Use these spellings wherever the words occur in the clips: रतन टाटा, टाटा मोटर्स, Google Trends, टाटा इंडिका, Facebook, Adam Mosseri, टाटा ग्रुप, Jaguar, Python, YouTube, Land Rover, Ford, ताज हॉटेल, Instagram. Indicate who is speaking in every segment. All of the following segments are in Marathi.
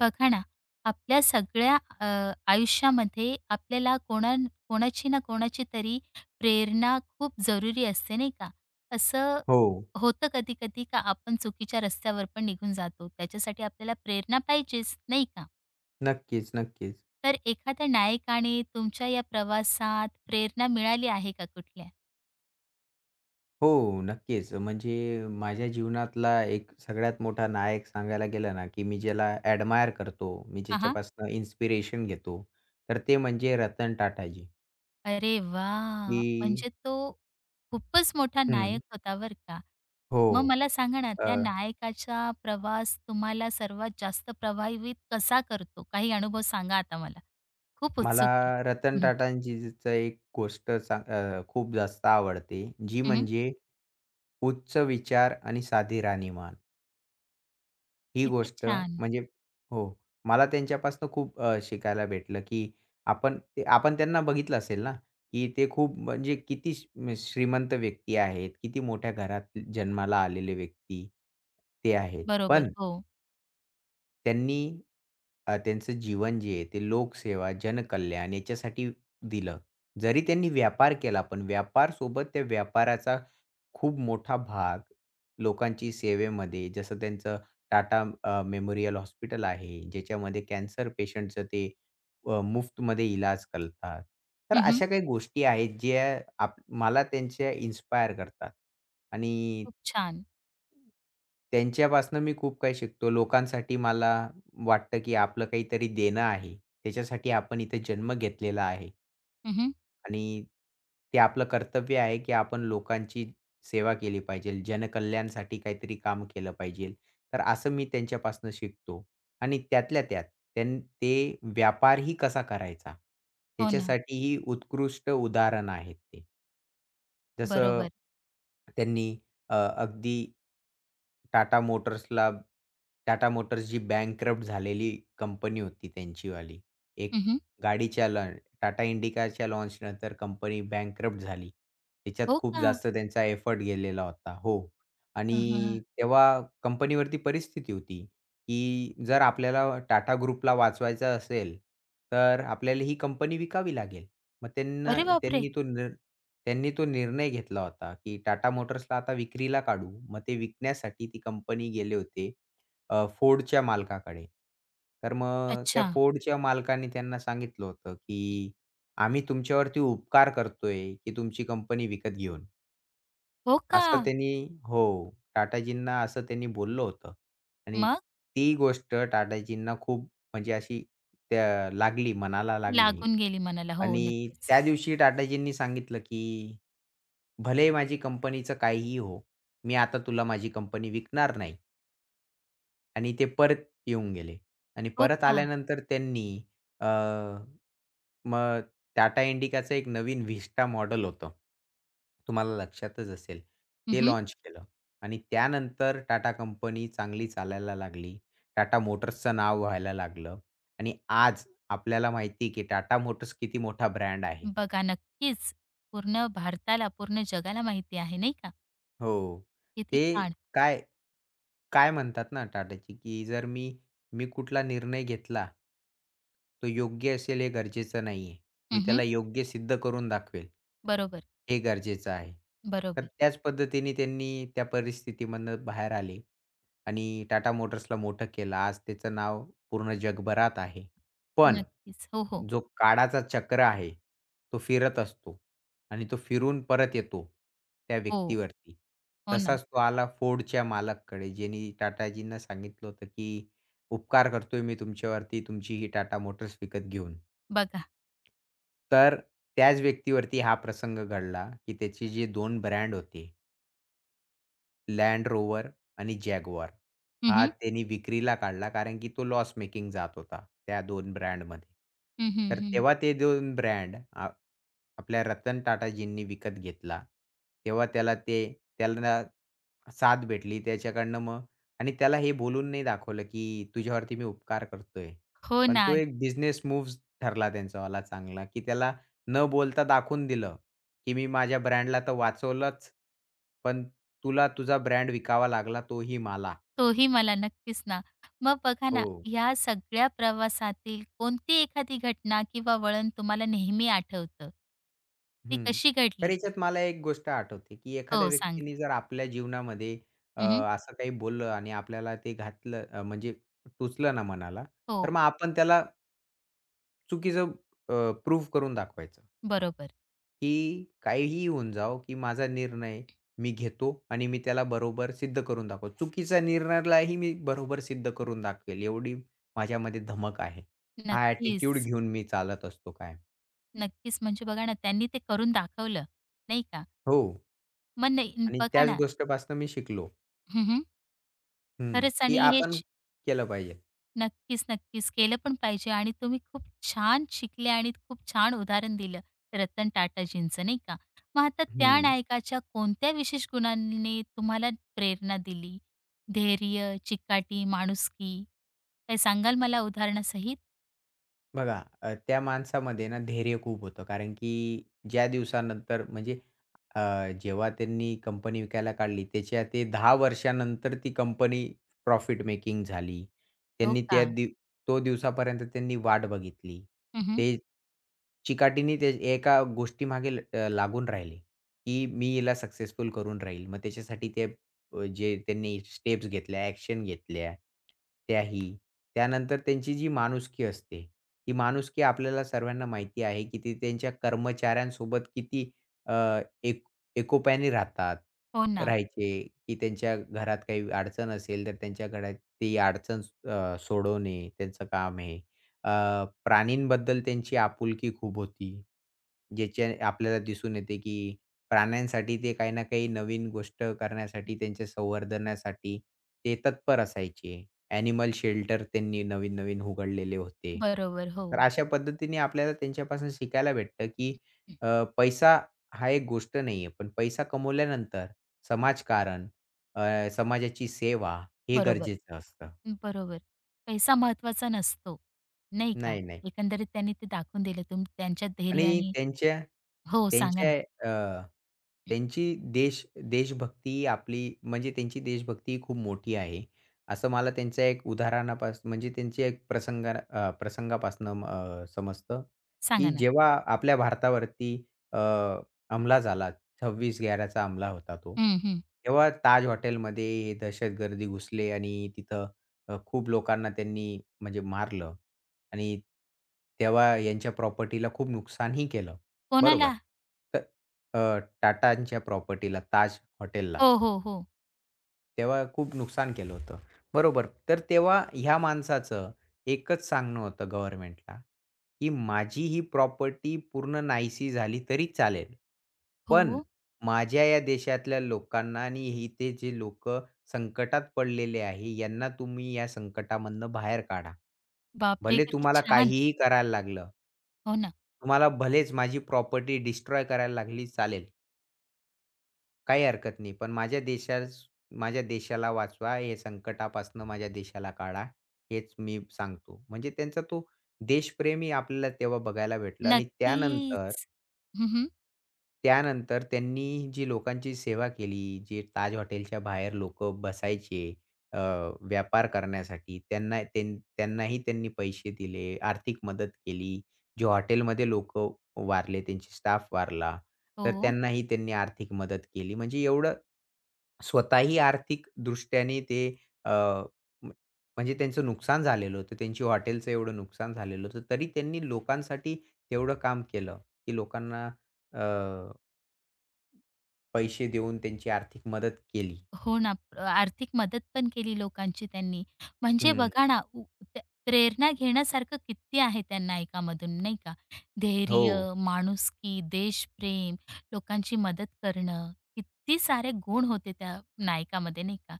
Speaker 1: बघा ना, आपल्या सगळ्या आयुष्यामध्ये आपल्याला कोणाची ना कोणाची तरी प्रेरणा खूप जरुरी असते, नाही का? असं
Speaker 2: हो.
Speaker 1: होतं कधी-कधी का आपण चुकीच्या रस्त्यावर पण निघून जातो. त्याच्यासाठी आपल्याला प्रेरणा पाहिजेच, नाही का?
Speaker 2: नक्कीच, नक्कीच.
Speaker 1: तर एखाद्या नायकाने तुमच्या या प्रवासात प्रेरणा मिळाली आहे का कुठल्या?
Speaker 2: हो, नक्कीच. म्हणजे माझ्या जीवनातला एक सगळ्यात मोठा नायक सांगायला गेला ना, की मी ज्याला ॲडमायर करतो, मी
Speaker 1: हां,
Speaker 2: ज्याच्यापासून इन्स्पिरेशन घेतो, तर ते म्हणजे रतन टाटाजी,
Speaker 1: अरे वाह!
Speaker 2: की
Speaker 1: म्हणजे तो खूपच मोठा नायक
Speaker 2: हं.
Speaker 1: होता बरं का.
Speaker 2: हो.
Speaker 1: मग मला सांगा ना,
Speaker 2: अ,
Speaker 1: त्या नायकाचा प्रवास तुम्हाला सर्वात जास्त प्रभावित कसा करतो? काही अनुभव सांगा आता मला. खूप
Speaker 2: मला
Speaker 1: उत्सुक आहे.
Speaker 2: रतन
Speaker 1: हं, हं.
Speaker 2: टाटांजीचं एक गोष्ट सांग खूप जास्त आवडते, जी म्हणजे उच्च विचार आणि साधी राहणीमान. ही
Speaker 1: किती
Speaker 2: गोष्ट
Speaker 1: छान.
Speaker 2: म्हणजे हो. मला त्यांच्यापासून खूप शिकायला भेटलं, की आपण त्यांना बघितलं असेल ना, की ते खूप म्हणजे किती श्रीमंत व्यक्ती आहेत, किती मोठ्या घरात जन्माला आलेले व्यक्ती ते आहेत.
Speaker 1: बरोबर.
Speaker 2: पण
Speaker 1: हो.
Speaker 2: त्यांनी त्यांचं जीवन जे आहे ते लोकसेवा, जनकल्याण याच्यासाठी दिलं. जरी त्यांनी व्यापार केला, पण व्यापारसोबत त्या व्यापाराचा खूप मोठा भाग लोकांची सेवेमध्ये जसं त्यांचं टाटा मेमोरियल हॉस्पिटल आहे, ज्याच्यामध्ये कॅन्सर पेशंटचं ते मुफ्तमध्ये इलाज करतात. तर
Speaker 1: हं, हं.
Speaker 2: अशा काही गोष्टी आहेत, ज्या आप मला त्यांच्या इन्स्पायर करतात आणि
Speaker 1: खूप छान.
Speaker 2: त्यांच्यापासनं मी खूप काही शिकतो. लोकांसाठी मला वाटतं, की आपलं काहीतरी देणं आहे. त्याच्यासाठी आपण इथे जन्म घेतलेला आहे.
Speaker 1: हं,
Speaker 2: आणि ते आपलं कर्तव्य आहे, की आपण लोकांची सेवा केली पाहिजे. जनकल्याणसाठी काहीतरी काम केलं पाहिजे. तर असं मी त्यांच्यापासनं शिकतो. आणि त्यातल्या त्यात ते व्यापारही कसा करायचा,
Speaker 1: हो ना.
Speaker 2: याच्यासाठीही उत्कृष्ट उदाहरण आहेत ते. जसं
Speaker 1: बरोबर.
Speaker 2: त्यांनी अ, अगदी टाटा मोटर्सला टाटा मोटर्स जी बँकरप्ट झालेली कंपनी होती त्यांचीवाली. एक
Speaker 1: हं,
Speaker 2: गाडीच्या लॉन टाटा इंडिकाच्या लॉन्चनंतर कंपनी बँकरप्ट झाली. त्याच्यात
Speaker 1: हो
Speaker 2: खूप
Speaker 1: का?
Speaker 2: जास्त त्यांचा एफर्ट गेलेला होता. हो.
Speaker 1: हं,
Speaker 2: आणि तेव्हा कंपनीवरती परिस्थिती होती, की जर आपल्याला टाटा ग्रुपला वाचवायचं असेल, तर आपल्याला ही कंपनी विकावी लागेल. मग त्यांना
Speaker 1: अरे बापरे!
Speaker 2: त्यांनी तो निर त्यांनी तो निर्णय घेतला होता, की टाटा मोटर्सला आता विक्रीला काढू. मग ते विकण्यासाठी ती कंपनी गेले होते अ, Fordच्या मालकाकडे. तर मग त्या
Speaker 1: अच्छा.
Speaker 2: Fordच्या मालकाने त्यांना सांगितलं होतं, की "आम्ही तुमच्यावरती उपकार करतोय, की तुमची कंपनी विकत घेऊन."
Speaker 1: हो का?
Speaker 2: असं त्यांनी हो, टाटाजींना असं त्यांनी बोललं होतं आणि
Speaker 1: मग
Speaker 2: ती गोष्ट टाटाजींना खूप म्हणजे अशी त्या लागली, मनाला लागली
Speaker 1: लागून गेली मनाला. हो,
Speaker 2: आणि
Speaker 1: नक्कीच.
Speaker 2: त्या दिवशी टाटाजींनी सांगितलं, की "भलेही माझी कंपनीचं काहीही हो, मी आता तुला माझी कंपनी विकणार नाही." आणि ते परत येऊन गेले आणि
Speaker 1: हो
Speaker 2: परत
Speaker 1: का?
Speaker 2: आल्यानंतर त्यांनी अ, मग टाटा इंडिकाचं एक नवीन व्हिस्टा मॉडेल होतं. तुम्हाला लक्षातच असेल. ते लाँच केलं आणि त्यानंतर टाटा कंपनी चांगली चालायला लागली. टाटा मोटर्सचं नाव व्हायला लागलं आणि आज आपल्याला माहिती आहे की टाटा मोटर्स किती मोठा ब्रँड आहे.
Speaker 1: बघा नक्कीच. पूर्ण भारताला, पूर्ण जगाला माहिती आहे नाही का?
Speaker 2: हो.
Speaker 1: किती
Speaker 2: ते
Speaker 1: छान.
Speaker 2: काय काय म्हणतात ना टाटाची, की जर मी मी कुठला निर्णय घेतला, तो योग्य असेल हे गरजेचं नाहीये. मी
Speaker 1: हं,
Speaker 2: त्याला योग्य सिद्ध करून दाखवेल,
Speaker 1: बरोबर,
Speaker 2: हे गरजेचं आहे. तर
Speaker 1: बरोबर.
Speaker 2: त्याच पद्धतीने त्यांनी त्या परिस्थितीमधनं बाहेर आले. आणि टाटा मोटर्सला मोठं केलं. आज त्याचं नाव पूर्ण जगभरात आहे. पण
Speaker 1: नक्कीच. हो, हो.
Speaker 2: जो काळाचा चक्र आहे, तो फिरत असतो आणि तो फिरून परत येतो त्या
Speaker 1: हो.
Speaker 2: व्यक्तीवरती.
Speaker 1: हो ना.
Speaker 2: तसाच तो आला Fordच्या मालकाकडे, ज्यांनी टाटाजींना सांगितलं होतं, की "उपकार करतोय मी तुमच्यावरती, तुमची ही टाटा मोटर्स विकत घेऊन."
Speaker 1: बघा.
Speaker 2: तर त्याच व्यक्तीवरती हा प्रसंग घडला, की त्याचे जे 2 ब्रँड होते Land रोवर आणि Jaguar.
Speaker 1: हं,
Speaker 2: हा
Speaker 1: हं.
Speaker 2: त्यांनी विक्रीला काढला कारण की तो लॉस मेकिंग जात होता त्या 2 ब्रँडमध्ये. तर
Speaker 1: हं,
Speaker 2: तेव्हा ते दोन ब्रँड आ आपल्या रतन टाटाजींनी विकत घेतला. तेव्हा त्याला ते त्याला साथ भेटली त्याच्याकडनं मग आणि त्याला हे बोलून नाही दाखवलं की तुझ्यावरती मी उपकार करतोय.
Speaker 1: हो
Speaker 2: पण
Speaker 1: ना.
Speaker 2: तो एक बिझनेस मूव्ह ठरला त्यांचावाला चांगला, की त्याला न बोलता दाखवून दिलं की मी माझ्या ब्रँडला तर वाचवलंच, पण तुला तुझा ब्रँड विकावा लागला तोही मला.
Speaker 1: तोही मला नक्कीच ना. मग बघा ना,
Speaker 2: हो.
Speaker 1: ह्या सगळ्या प्रवासातील कोणती एखादी घटना किंवा वळण तुम्हाला नेहमी आठवतं? ती
Speaker 2: हं.
Speaker 1: कशी
Speaker 2: तर
Speaker 1: घडली?
Speaker 2: याच्यात मला एक गोष्ट आठवते, की
Speaker 1: हो,
Speaker 2: एखाद्या
Speaker 1: सांगा.
Speaker 2: व्यक्तीने जर आपल्या जीवनामध्ये
Speaker 1: हं,
Speaker 2: असं काही बोललं आणि आपल्याला ते घातलं म्हणजे टुचलं ना मनाला, तर
Speaker 1: हो.
Speaker 2: मग आपण त्याला चुकीचं अ, करून दाखवायचं.
Speaker 1: बरोबर.
Speaker 2: की काहीही होऊन जाओ, की माझा निर्णय मी घेतो आणि मी त्याला बरोबर सिद्ध करून दाखवतो. चुकीचा निर्णयालाही मी बरोबर सिद्ध करून दाखवेल, एवढी माझ्यामध्ये धमक आहे. हा ॲटिट्यूड
Speaker 1: नक्कीच.
Speaker 2: घेऊन मी चालत असतो कायम.
Speaker 1: नक्कीच. म्हणजे बघा ना, त्यांनी ते करून दाखवलं, नाही का?
Speaker 2: हो
Speaker 1: मग नाही
Speaker 2: आणि
Speaker 1: बघा
Speaker 2: त्याच
Speaker 1: ना
Speaker 2: गोष्टीपासून मी शिकलो.
Speaker 1: हं, हं.
Speaker 2: हं,
Speaker 1: खरंच
Speaker 2: की
Speaker 1: आणि हे
Speaker 2: आपण
Speaker 1: श
Speaker 2: केलं पाहिजे.
Speaker 1: नक्कीच, नक्कीच केलं पण पाहिजे आणि तुम्ही खूप छान शिकले आणि खूप छान उदाहरण दिलं रतन टाटाजींचं, नाही का? मग आता त्या
Speaker 2: हं.
Speaker 1: नायकाच्या कोणत्या विशेष गुणांनी तुम्हाला प्रेरणा दिली? धैर्य, चिकाटी, माणुसकी? काय सांगाल मला उदाहरणासहित?
Speaker 2: बघा, त्या माणसामध्ये ना धैर्य खूप होतं. कारण की ज्या दिवसानंतर म्हणजे अ, जेव्हा त्यांनी कंपनी विकायला काढली, त्याच्या ते 10 वर्षानंतर ती कंपनी प्रॉफिट मेकिंग झाली.
Speaker 1: हो
Speaker 2: त्यांनी
Speaker 1: का?
Speaker 2: त्या दिव तो दिवसापर्यंत त्यांनी वाट बघितली.
Speaker 1: हं, हं.
Speaker 2: ते चिकाटीने ते एका गोष्टीमागे लागून राहिले, की मी हिला सक्सेसफुल करून राहील. मग त्याच्यासाठी ते जे त्यांनी स्टेप्स घेतल्या, ॲक्शन घेतल्या त्याही. त्यानंतर त्यांची जी माणुसकी असते ही माणुसकी आपल्याला सर्वांना माहिती आहे, की ते त्यांच्या कर्मचाऱ्यांसोबत किती अ, एक एकोप्याने
Speaker 1: हो ना.
Speaker 2: राहायचे, की त्यांच्या घरात काही अडचण असेल, तर त्यांच्या घरात ती अडचण सोडवणे त्यांचं काम आहे. प्राणींबद्दल त्यांची आपुलकी खूप होती. ज्याच्या आपल्याला दिसून येते, की प्राण्यांसाठी ते काही ना काही नवीन गोष्ट करण्यासाठी, त्यांच्या संवर्धनासाठी ते तत्पर असायचे. ॲनिमल शेल्टर त्यांनी नवीन-नवीन उघडलेले होते.
Speaker 1: बरोबर.
Speaker 2: तर
Speaker 1: हो.
Speaker 2: अशा पद्धतीने आपल्याला त्यांच्यापासून शिकायला भेटतं, की
Speaker 1: हं,
Speaker 2: अ, पैसा हा एक गोष्ट नाही आहे, पण पैसा कमवल्यानंतर समाजकारण, अ, समाजाची सेवा हे
Speaker 1: बरोबर.
Speaker 2: गरजेचं असतं.
Speaker 1: बरोबर. पैसा महत्त्वाचा नसतो, नाही का?
Speaker 2: नाही, नाही.
Speaker 1: एकंदरीत त्यांनी ते दाखवून दिलं तुम त्यांच्या
Speaker 2: आणि
Speaker 1: धैर्याने
Speaker 2: त्यांच्या
Speaker 1: हो, सांगा
Speaker 2: त्यांच्या
Speaker 1: ना.
Speaker 2: अ,
Speaker 1: हं,
Speaker 2: त्यांची देश देशभक्ती आपली म्हणजे त्यांची देशभक्ती खूप मोठी आहे. असं मला त्यांच्या एक उदाहरणापासून म्हणजे त्यांच्या एक प्रसंगा अ, प्रसंगापासनं समजतं,
Speaker 1: सांगा
Speaker 2: की
Speaker 1: ना.
Speaker 2: जेव्हा आपल्या भारतावरती अ, हमला झाला, 26/11चा हमला होता तो.
Speaker 1: हं, हं.
Speaker 2: तेव्हा ताज हॉटेलमध्ये हे दहशतगर्दी घुसले आणि तिथं खूप लोकांना त्यांनी म्हणजे मारलं. आणि तेव्हा यांच्या प्रॉपर्टीला खूप नुकसानही केलं. बरोबर.
Speaker 1: कोणाला?
Speaker 2: तर टाटांच्या प्रॉपर्टीला, ताज हॉटेलला.
Speaker 1: हो, हो, हो.
Speaker 2: तेव्हा खूप नुकसान केलं होतं. बरोबर. तर तेव्हा ह्या माणसाचं एकच सांगणं होतं गव्हर्नमेंटला, की माझी ही प्रॉपर्टी पूर्ण नाहीशी झाली तरी चालेल. पण
Speaker 1: हो.
Speaker 2: माझ्या या देशातल्या लोकांना आणि इथे जे लोक संकटात पडलेले आहे, यांना तुम्ही या संकटामधनं बाहेर काढा.
Speaker 1: बापरे!
Speaker 2: भले
Speaker 1: किती
Speaker 2: तुम्हाला
Speaker 1: छान.
Speaker 2: काहीही करायला लागलं.
Speaker 1: हो ना.
Speaker 2: तुम्हाला भलेच माझी प्रॉपर्टी डिस्ट्रॉय करायला लागली चालेल. काही हरकत नाही. पण माझ्या देशास माझ्या देशाला वाचवा, हे संकटापासून माझ्या देशाला काढा, हेच मी सांगतो. म्हणजे त्यांचा तो देशप्रेमही आपल्याला तेव्हा बघायला भेटलं आणि त्यानंतर
Speaker 1: नक्कीच. हं, हं.
Speaker 2: त्यानंतर त्यांनी जी लोकांची सेवा केली, जे ताज हॉटेलच्या बाहेर लोकं बसायचे अ, व्यापार करण्यासाठी, त्यांनाही त्यांनी पैसे दिले, आर्थिक मदत केली. जे हॉटेलमध्ये लोक वारले, त्यांची स्टाफ वारला, तर
Speaker 1: हो.
Speaker 2: त्यांनाही त्यांनी आर्थिक मदत केली. म्हणजे एवढं स्वतःही आर्थिक दृष्ट्याने ते अ, म्ह म्हणजे त्यांचं नुकसान झालेलं होतं. त्यांची हॉटेलचं एवढं नुकसान झालेलं होतं, तरी त्यांनी लोकांसाठी तेवढं काम केलं, की लोकांना पैसे देऊन त्यांची आर्थिक मदत केली.
Speaker 1: हो ना. आर्थिक मदत पण केली लोकांची त्यांनी. म्हणजे
Speaker 2: हं.
Speaker 1: बघा ना, उ प्रे प्रेरणा घेण्यासारखं किती आहे त्या नायकामधून, नाही का?
Speaker 2: हो.
Speaker 1: धैर्य, माणुसकी, देशप्रेम, लोकांची मदत करणं, किती सारे गुण होते त्या नायकामध्ये, नाही का?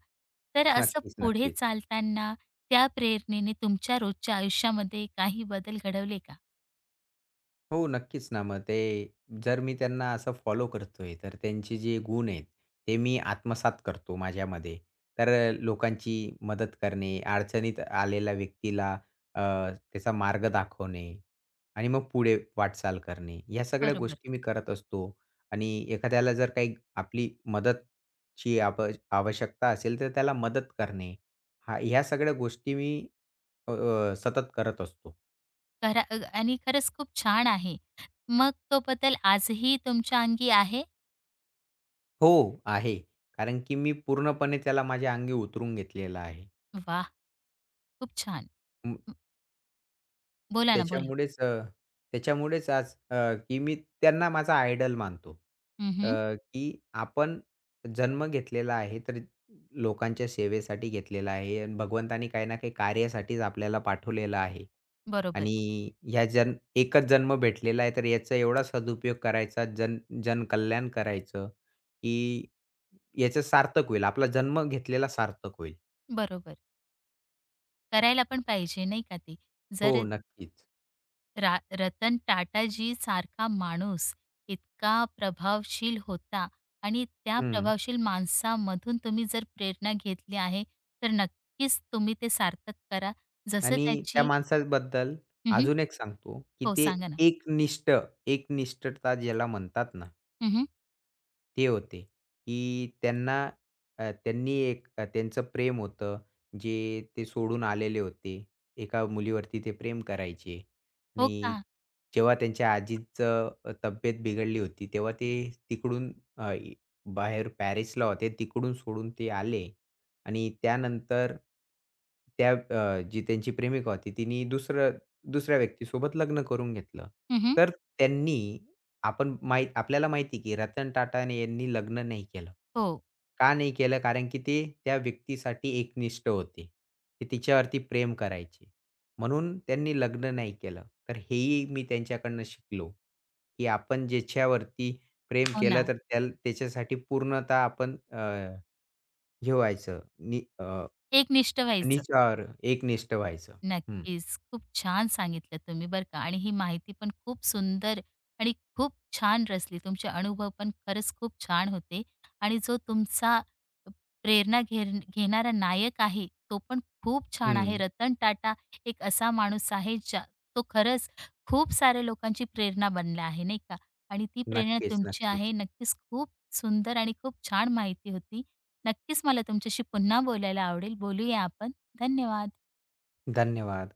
Speaker 1: तर असं
Speaker 2: नक्कीच,
Speaker 1: पुढे
Speaker 2: नक्कीच.
Speaker 1: चालताना त्या प्रेरणेने तुमच्या रोजच्या आयुष्यामध्ये काही बदल घडवले का?
Speaker 2: हो, नक्कीच ना. मग ते जर मी त्यांना असं फॉलो करतोय, तर त्यांचे जे गुण आहेत, ते मी आत्मसात करतो माझ्यामध्ये. तर लोकांची मदत करणे, अडचणीत आलेल्या व्यक्तीला अ, त्याचा मार्ग दाखवणे आणि मग पुढे वाटचाल करणे, या सगळ्या
Speaker 1: बरोबर.
Speaker 2: गोष्टी मी करत असतो. आणि एखाद्याला जर काही आपली मदतची आव आवश्यकता असेल, तर त्याला मदत करणे, हा ह्या सगळ्या गोष्टी मी अ, अ, सतत करत असतो.
Speaker 1: खरा आणि खरंच खूप छान आहे. मग तो बदल आजही तुमच्या अंगी आहे?
Speaker 2: हो, आहे. कारण की मी पूर्णपणे त्याला माझ्या अंगी उतरून घेतलेला आहे.
Speaker 1: वाह! खूप छान.
Speaker 2: अं,
Speaker 1: बोला ना, बोला.
Speaker 2: त्याच्यामुळेच अ, त्याच्यामुळेच आज की मी त्यांना माझा आयडॉल मानतो. अ,
Speaker 1: हं,
Speaker 2: की आपण जन्म घेतलेला आहे, तर लोकांच्या सेवेसाठी घेतलेला आहे आणि भगवंतानी काही ना काही कार्यासाठीच आपल्याला पाठवलेलं आहे.
Speaker 1: बरोबर,
Speaker 2: आणि ह्या जन एकच जन्म भेटलेला आहे, तर याचा एवढा सदुपयोग करायचा, जनकल्याण करायचं, की याचं सार्थक होईल. आपला जन्म घेतलेला सार्थक होईल.
Speaker 1: बरोबर. करायला पण पाहिजे नाही का ते.
Speaker 2: हो,
Speaker 1: जर
Speaker 2: नक्कीच.
Speaker 1: रतन टाटाजी सारखा माणूस इतका प्रभावशील होता आणि त्या
Speaker 2: हं.
Speaker 1: प्रभावशील माणसामधून तुम्ही जर प्रेरणा घेतली आहे, तर नक्कीच तुम्ही ते सार्थक करा. जसं
Speaker 2: आणि त्या
Speaker 1: त्याची
Speaker 2: माणसाबद्दल
Speaker 1: हं,
Speaker 2: अजून एक सांगतो, की
Speaker 1: हो,
Speaker 2: ते
Speaker 1: सांगा ना.
Speaker 2: एकनिष्ठ एकनिष्ठता ज्याला म्हणतात ना,
Speaker 1: हं,
Speaker 2: ते होते, की त्यांना अ, त्यांनी एक अ, त्यांचं प्रेम होतं, जे ते सोडून आलेले होते. एका मुलीवरती ते प्रेम करायचे
Speaker 1: हो
Speaker 2: आणि
Speaker 1: का?
Speaker 2: जेव्हा त्यांच्या आजीचं तब्येत बिघडली होती, तेव्हा ते तिकडून अ, इ बाहेर पॅरिसला होते. तिकडून सोडून ते आले आणि त्यानंतर त्या जी त्यांची प्रेमिका होती, तिने दुसऱ्या व्यक्तीसोबत लग्न करून घेतलं.
Speaker 1: हं,
Speaker 2: तर त्यांनी आपण माही आपल्याला माहिती आहे, की रतन टाटा यांनी लग्न नाही केलं.
Speaker 1: हो,
Speaker 2: का नाही केलं? कारण की ते त्या व्यक्तीसाठी एकनिष्ठ होते. ते तिच्यावरती प्रेम करायचे. म्हणून त्यांनी लग्न नाही केलं. तर हेही मी त्यांच्याकडनं शिकलो, की आपण ज्याच्यावरती प्रेम
Speaker 1: हो
Speaker 2: केलं
Speaker 1: ना.
Speaker 2: तर त्याच्यासाठी पूर्णतः आपण हे
Speaker 1: एकनिष्ठ व्हायचं.
Speaker 2: निस्वार्थ, एकनिष्ठ व्हायचं. हं,
Speaker 1: नक्कीच. खूप छान सांगितलं तुम्ही बरं का आणि ही माहिती पण खूप सुंदर आणि खूप छान रचली. तुमचे अनुभव पण खरंच खूप छान होते आणि जो तुमचा प्रेरणा घेर घेणारा नायक आहे, तो पण खूप छान आहे.
Speaker 2: हं.
Speaker 1: रतन टाटा एक असा माणूस आहे, ज्या तो खरंच खूप साऱ्या लोकांची प्रेरणा बनला आहे, नाही का? आणि ती प्रेरणा
Speaker 2: नक्कीच,
Speaker 1: तुमची
Speaker 2: नक्कीच.
Speaker 1: आहे. नक्कीच खूप सुंदर आणि खूप छान माहिती होती. नक्कीच मला तुमच्याशी पुन्हा बोलायला आवडेल. बोलूया आपण. धन्यवाद.
Speaker 2: धन्यवाद.